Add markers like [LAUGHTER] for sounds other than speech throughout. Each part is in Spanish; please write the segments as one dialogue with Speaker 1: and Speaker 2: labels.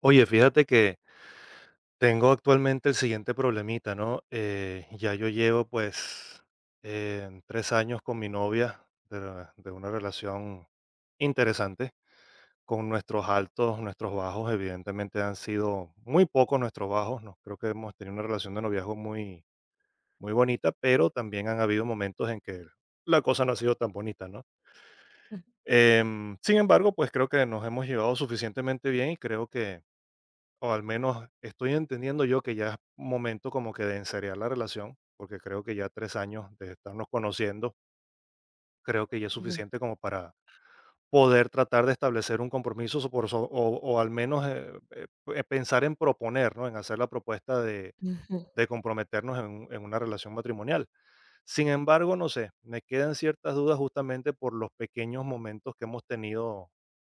Speaker 1: Oye, fíjate que tengo actualmente el siguiente problemita, ¿no? Ya yo llevo pues 3 años con mi novia de, de una relación interesante, con nuestros altos, nuestros bajos. Evidentemente han sido muy pocos nuestros bajos, ¿no? Creo que hemos tenido una relación de noviazgo muy bonita, pero también han habido momentos en que la cosa no ha sido tan bonita, ¿no? Sin embargo, pues creo que nos hemos llevado suficientemente bien y creo que, o al menos estoy entendiendo yo que ya es momento como que de enseriar la relación, porque creo que ya 3 años de estarnos conociendo, creo que ya es
Speaker 2: Mm,
Speaker 1: suficiente como para poder tratar de establecer un compromiso o al menos pensar en proponer, ¿no? En hacer la propuesta
Speaker 2: ujú.
Speaker 1: de comprometernos en, en una relación matrimonial. Sin embargo, no sé, me quedan ciertas dudas justamente por los pequeños momentos que hemos tenido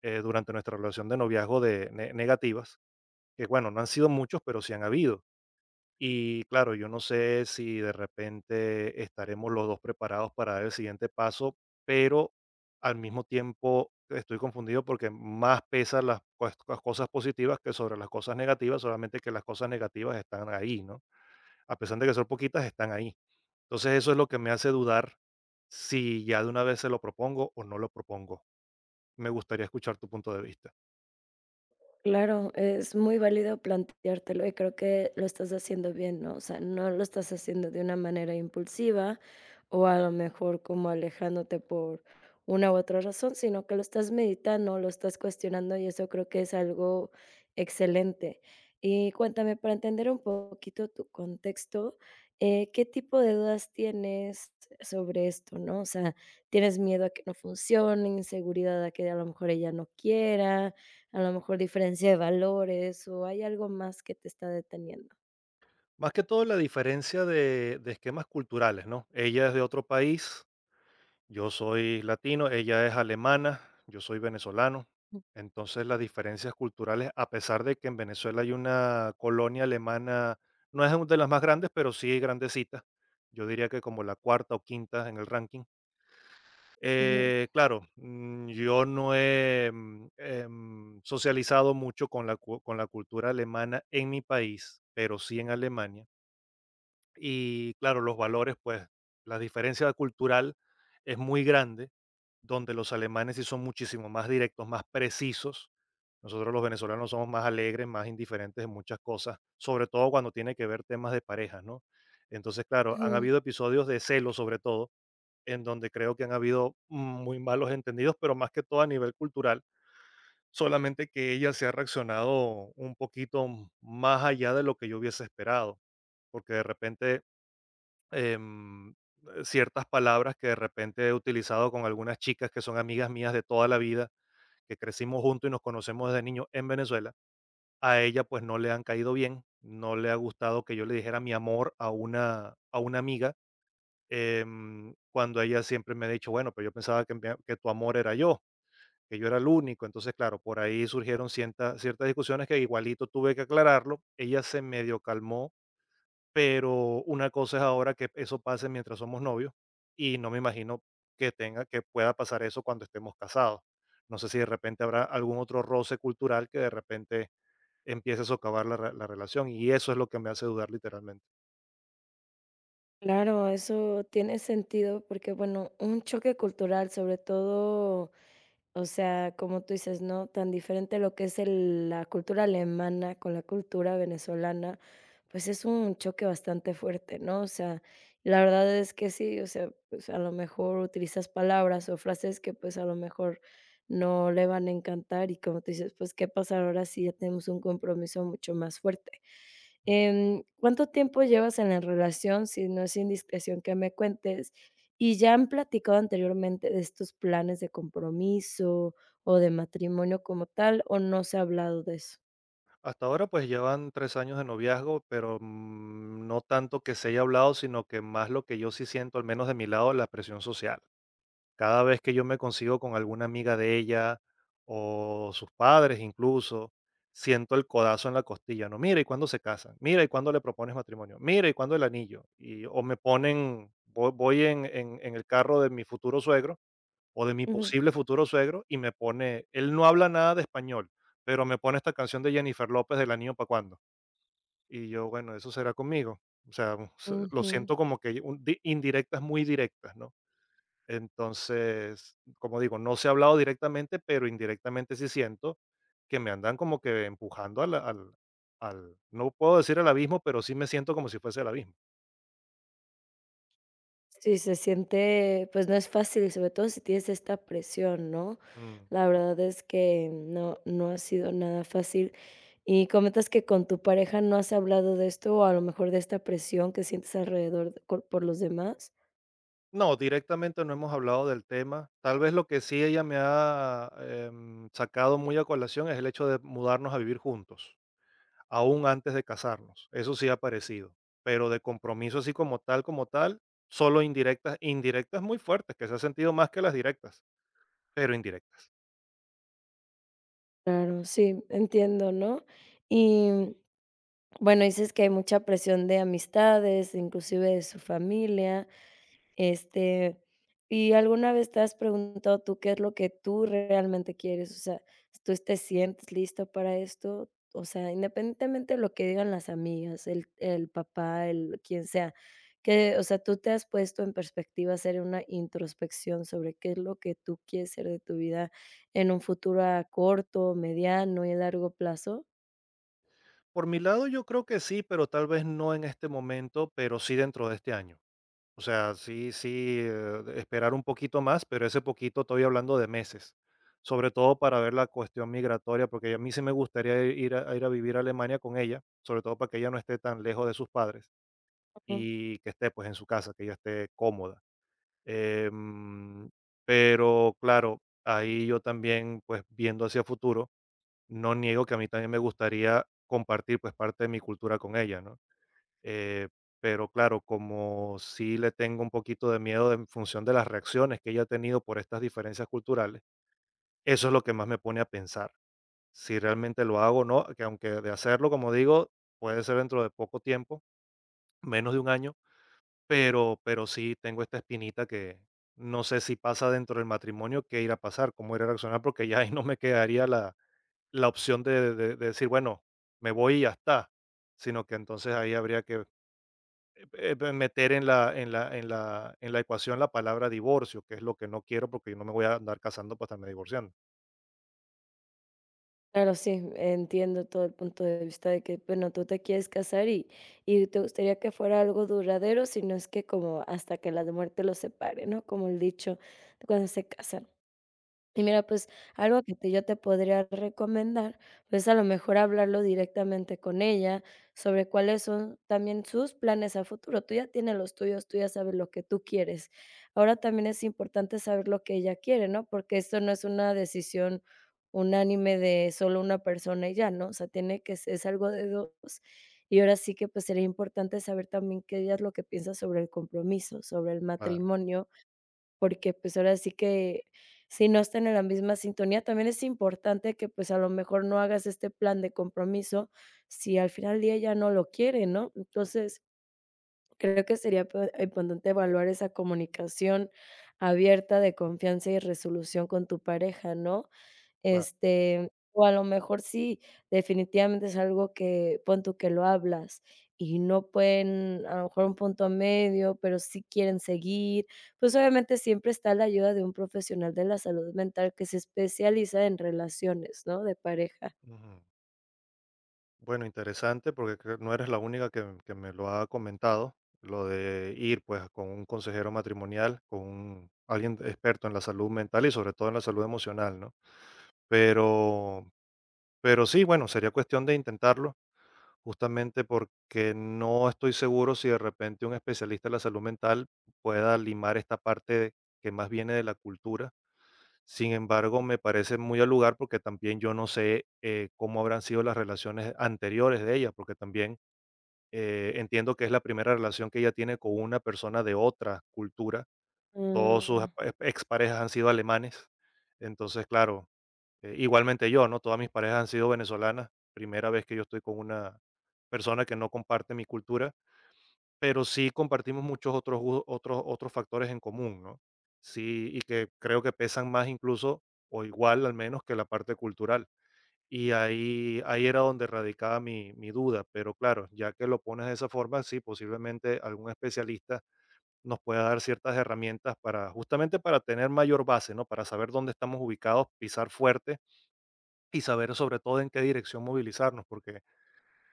Speaker 1: durante nuestra relación de noviazgo de negativas, que bueno, no han sido muchos, pero sí han habido. Y claro, yo no sé si de repente estaremos los dos preparados para dar el siguiente paso, pero al mismo tiempo estoy confundido porque más pesan las cosas positivas que sobre las cosas negativas, solamente que las cosas negativas están ahí, ¿no? A pesar de que son poquitas, están ahí. Entonces eso es lo que me hace dudar si ya de una vez se lo propongo o no lo propongo. Me gustaría escuchar tu punto de vista.
Speaker 2: Claro, es muy válido planteártelo y creo que lo estás haciendo bien, ¿no? O sea, no lo estás haciendo de una manera impulsiva, o a lo mejor como alejándote por una u otra razón, sino que lo estás meditando, lo estás cuestionando y eso creo que es algo excelente. Y cuéntame, para entender un poquito tu contexto, ¿qué tipo de dudas tienes sobre esto, no? O sea, ¿tienes miedo a que no funcione, inseguridad a que a lo mejor ella no quiera, a lo mejor diferencia de valores o hay algo más que te está deteniendo?
Speaker 1: Más que todo la diferencia de esquemas culturales, ¿no? Ella es de otro país, yo soy latino, ella es alemana, yo soy venezolano. Entonces las diferencias culturales, a pesar de que en Venezuela hay una colonia alemana, no es una de las más grandes, pero sí grandecita. Yo diría que como la cuarta o quinta en el ranking.
Speaker 2: Ujú,
Speaker 1: Claro, yo no he socializado mucho con con la cultura alemana en mi país, pero sí en Alemania. Y claro, los valores, pues la diferencia cultural es muy grande, donde los alemanes sí son muchísimo más directos, más precisos. Nosotros los venezolanos somos más alegres, más indiferentes en muchas cosas, sobre todo cuando tiene que ver temas de pareja, ¿no? Entonces, claro, han
Speaker 2: ujú.
Speaker 1: habido episodios de celo sobre todo, en donde creo que han habido muy malos entendidos, pero más que todo a nivel cultural, solamente que ella se ha reaccionado un poquito más allá de lo que yo hubiese esperado, porque de repente em, ciertas palabras que de repente he utilizado con algunas chicas que son amigas mías de toda la vida, que crecimos juntos y nos conocemos desde niños en Venezuela. A ella pues no le han caído bien, no le ha gustado que yo le dijera mi amor a una amiga, cuando ella siempre me ha dicho, bueno, pero yo pensaba que, que tu amor era yo, que yo era el único. Entonces, claro, por ahí surgieron ciertas discusiones que igualito tuve que aclararlo. Ella se medio calmó, pero una cosa es ahora que eso pase mientras somos novios y no me imagino que tenga que pueda pasar eso cuando estemos casados. No sé si de repente habrá algún otro roce cultural que de repente empiece a socavar la relación, y eso es lo que me hace dudar literalmente.
Speaker 2: Claro, eso tiene sentido porque, bueno, un choque cultural, sobre todo, o sea, como tú dices, ¿no? Tan diferente lo que es el- la cultura alemana con la cultura venezolana, pues es un choque bastante fuerte, ¿no? O sea, la verdad es que sí, o sea, pues a lo mejor utilizas palabras o frases que pues a lo mejor no le van a encantar y como tú dices, pues ¿qué pasa ahora si ya tenemos un compromiso mucho más fuerte? ¿Cuánto tiempo llevas en la relación? Si no es indiscreción que me cuentes. ¿Y ya han platicado anteriormente de estos planes de compromiso o de matrimonio como tal, o no se ha hablado de eso?
Speaker 1: Hasta ahora pues llevan 3 años de noviazgo, pero no tanto que se haya hablado, sino que más lo que yo sí siento, al menos de mi lado, la presión social. Cada vez que yo me consigo con alguna amiga de ella o sus padres incluso, siento el codazo en la costilla, ¿no? Mira, ¿y cuándo se casan? Mira, ¿y cuándo le propones matrimonio? Mira, ¿y cuándo el anillo? Y, o me ponen, voy, en, en el carro de mi futuro suegro o de mi
Speaker 2: Ujú.
Speaker 1: posible futuro suegro, y me pone, él no habla nada de español, pero me pone esta canción de Jennifer López del anillo para cuándo. Y yo, bueno, eso será conmigo. O sea, [LAUGHS] lo
Speaker 2: Ujú.
Speaker 1: siento como que indirectas muy directas, ¿no? Entonces, como digo, no se ha hablado directamente, pero indirectamente sí siento que me andan como que empujando al, no puedo decir al abismo, pero sí me siento como si fuese el abismo.
Speaker 2: Sí, se siente, pues no es fácil, sobre todo si tienes esta presión, ¿no?
Speaker 1: Mm,
Speaker 2: La verdad es que no, no ha sido nada fácil. Y comentas que con tu pareja no has hablado de esto o a lo mejor de esta presión que sientes alrededor de- cor- por los demás.
Speaker 1: no, directamente no hemos hablado del tema. Tal vez lo que sí ella me ha, sacado muy a colación es el hecho de mudarnos a vivir juntos, aún antes de casarnos. Eso sí ha aparecido, pero de compromiso así como tal, solo indirectas, indirectas muy fuertes, que se ha sentido más que las directas, pero indirectas.
Speaker 2: Claro, sí, entiendo, ¿no? Y, bueno, dices que hay mucha presión de amistades, inclusive de su familia, este, ¿y alguna vez te has preguntado tú qué es lo que tú realmente quieres? O sea, ¿tú te sientes listo para esto? O sea, independientemente de lo que digan las amigas, el papá, el quien sea, que, o sea, ¿tú te has puesto en perspectiva hacer una introspección sobre qué es lo que tú quieres ser de tu vida en un futuro a corto, mediano y largo plazo?
Speaker 1: Por mi lado, yo creo que sí, pero tal vez no en este momento, pero sí dentro de este año. O sea, sí, sí, esperar un poquito más, pero ese poquito estoy hablando de meses, sobre todo para ver la cuestión migratoria, porque a mí sí me gustaría ir a, ir a vivir a Alemania con ella, sobre todo para que ella no esté tan lejos de sus padres y que esté pues en su casa, que ella esté cómoda. Em, pero claro, ahí yo también pues viendo hacia futuro, no niego que a mí también me gustaría compartir, pues, parte de mi cultura con ella, ¿no? Eh, pero claro, como sí le tengo un poquito de miedo en función de las reacciones que ella ha tenido por estas diferencias culturales, eso es lo que más me pone a pensar, si realmente lo hago o no, que aunque de hacerlo, como digo, puede ser dentro de poco tiempo, menos de 1 año, pero sí tengo esta espinita que no sé si pasa dentro del matrimonio, qué irá a pasar, cómo irá a reaccionar, porque ya ahí no me quedaría la la opción de decir: "Bueno, me voy y ya está", sino que entonces ahí habría que, meter en la ecuación la palabra divorcio, que es lo que no quiero, porque yo no me voy a andar casando para estarme divorciando.
Speaker 2: Claro, sí, entiendo todo el punto de vista de que, bueno, tú te quieres casar y te gustaría que fuera algo duradero, si no es que como hasta que la muerte los separe, ¿no? Como el dicho de cuando se casan. Y mira, pues, algo que te yo te podría recomendar, pues, a lo mejor hablarlo directamente con ella, sobre cuáles son también sus planes a futuro. Tú ya tienes los tuyos, tú ya sabes lo que tú quieres. Ahora también es importante saber lo que ella quiere, ¿no? Porque esto no es una decisión unánime de solo una persona y ya, ¿no? O sea, tiene que se es algo de dos. Y ahora sí que, pues, sería importante saber también qué ella es lo que piensa sobre el compromiso, sobre el
Speaker 1: Claro,
Speaker 2: matrimonio, porque, pues, ahora sí que si no están en la misma sintonía, también es importante que, pues, a lo mejor no hagas este plan de compromiso si al final del día ella no lo quiere, ¿no? Entonces, creo que sería pe importante evaluar esa comunicación abierta de confianza y resolución con tu pareja, ¿no?
Speaker 1: claro.
Speaker 2: Este, o a lo mejor sí, definitivamente es algo que pon tú que lo hablas y no pueden, a lo mejor un punto medio, pero sí quieren seguir. Pues, obviamente, siempre está la ayuda de un profesional de la salud mental que se especializa en relaciones, ¿no?, de pareja.
Speaker 1: Ujú. Bueno, interesante, porque creo no eres la única que me lo ha comentado, lo de ir, pues, con un consejero matrimonial, con un alguien experto en la salud mental y sobre todo en la salud emocional, ¿no? Pero pero sí, bueno, sería cuestión de intentarlo. Justamente porque no estoy seguro si de repente un especialista de la salud mental pueda limar esta parte que más viene de la cultura. Sin embargo, me parece muy al lugar porque también yo no sé cómo habrán sido las relaciones anteriores de ella, porque también entiendo que es la primera relación que ella tiene con una persona de otra cultura. Todos sus
Speaker 2: Mm,
Speaker 1: exparejas han sido alemanes. Entonces, claro, igualmente yo, ¿no? Todas mis parejas han sido venezolanas. Primera vez que yo estoy con una persona que no comparte mi cultura, pero sí compartimos muchos otros, otros factores en común, ¿no? Sí, y que creo que pesan más incluso, o igual al menos, que la parte cultural. Y ahí, ahí era donde radicaba mi, mi duda, pero claro, ya que lo pones de esa forma, sí, posiblemente algún especialista nos pueda dar ciertas herramientas para, justamente para tener mayor base, ¿no? Para saber dónde estamos ubicados, pisar fuerte y saber sobre todo en qué dirección movilizarnos, porque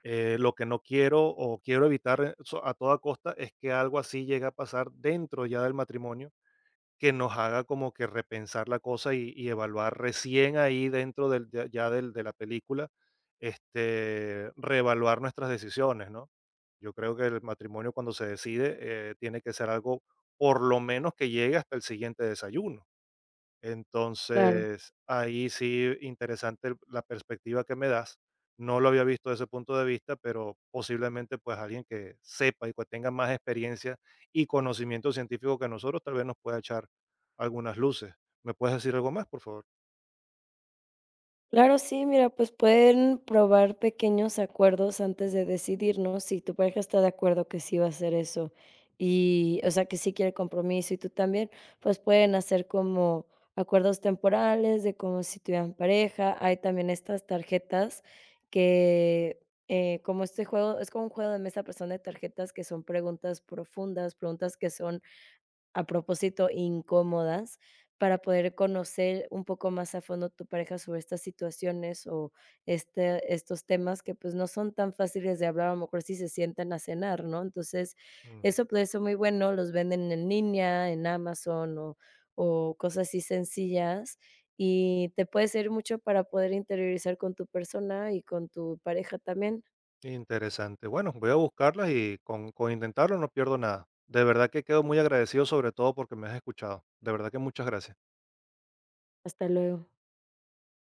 Speaker 1: lo que no quiero o quiero evitar a toda costa es que algo así llegue a pasar dentro ya del matrimonio, que nos haga como que repensar la cosa y evaluar recién ahí dentro del, ya ya del, de la película, este, reevaluar nuestras decisiones, ¿no? Yo creo que el matrimonio cuando se decide tiene que ser algo por lo menos que llegue hasta el siguiente desayuno.
Speaker 2: claro.
Speaker 1: Entonces, ahí sí, interesante la perspectiva que me das. No lo había visto desde ese punto de vista, pero posiblemente pues alguien que sepa y que tenga más experiencia y conocimiento científico que nosotros, tal vez nos pueda echar algunas luces. ¿Me puedes decir algo más, por favor?
Speaker 2: Claro, sí, mira, pues pueden probar pequeños acuerdos antes de decidirnos. Si tu pareja está de acuerdo que sí va a hacer eso y, o sea, que sí quiere compromiso y tú también, pues pueden hacer como acuerdos temporales de como si tuvieran pareja. Hay también estas tarjetas que, como este juego, es como un juego de mesa, pero son de tarjetas que son preguntas profundas, preguntas que son a propósito, incómodas para poder conocer un poco más a fondo tu pareja sobre estas situaciones o este, estos temas que pues no son tan fáciles de hablar, a lo mejor si se sientan a cenar, ¿no? Entonces,
Speaker 1: Mm,
Speaker 2: eso puede ser muy bueno, los venden en línea, en Amazon o cosas así sencillas y te puede servir mucho para poder interiorizar con tu persona y con tu pareja también.
Speaker 1: Interesante. Bueno, voy a buscarlas y con intentarlo no pierdo nada. De verdad que quedo muy agradecido, sobre todo porque me has escuchado. De verdad que muchas gracias.
Speaker 2: Hasta luego.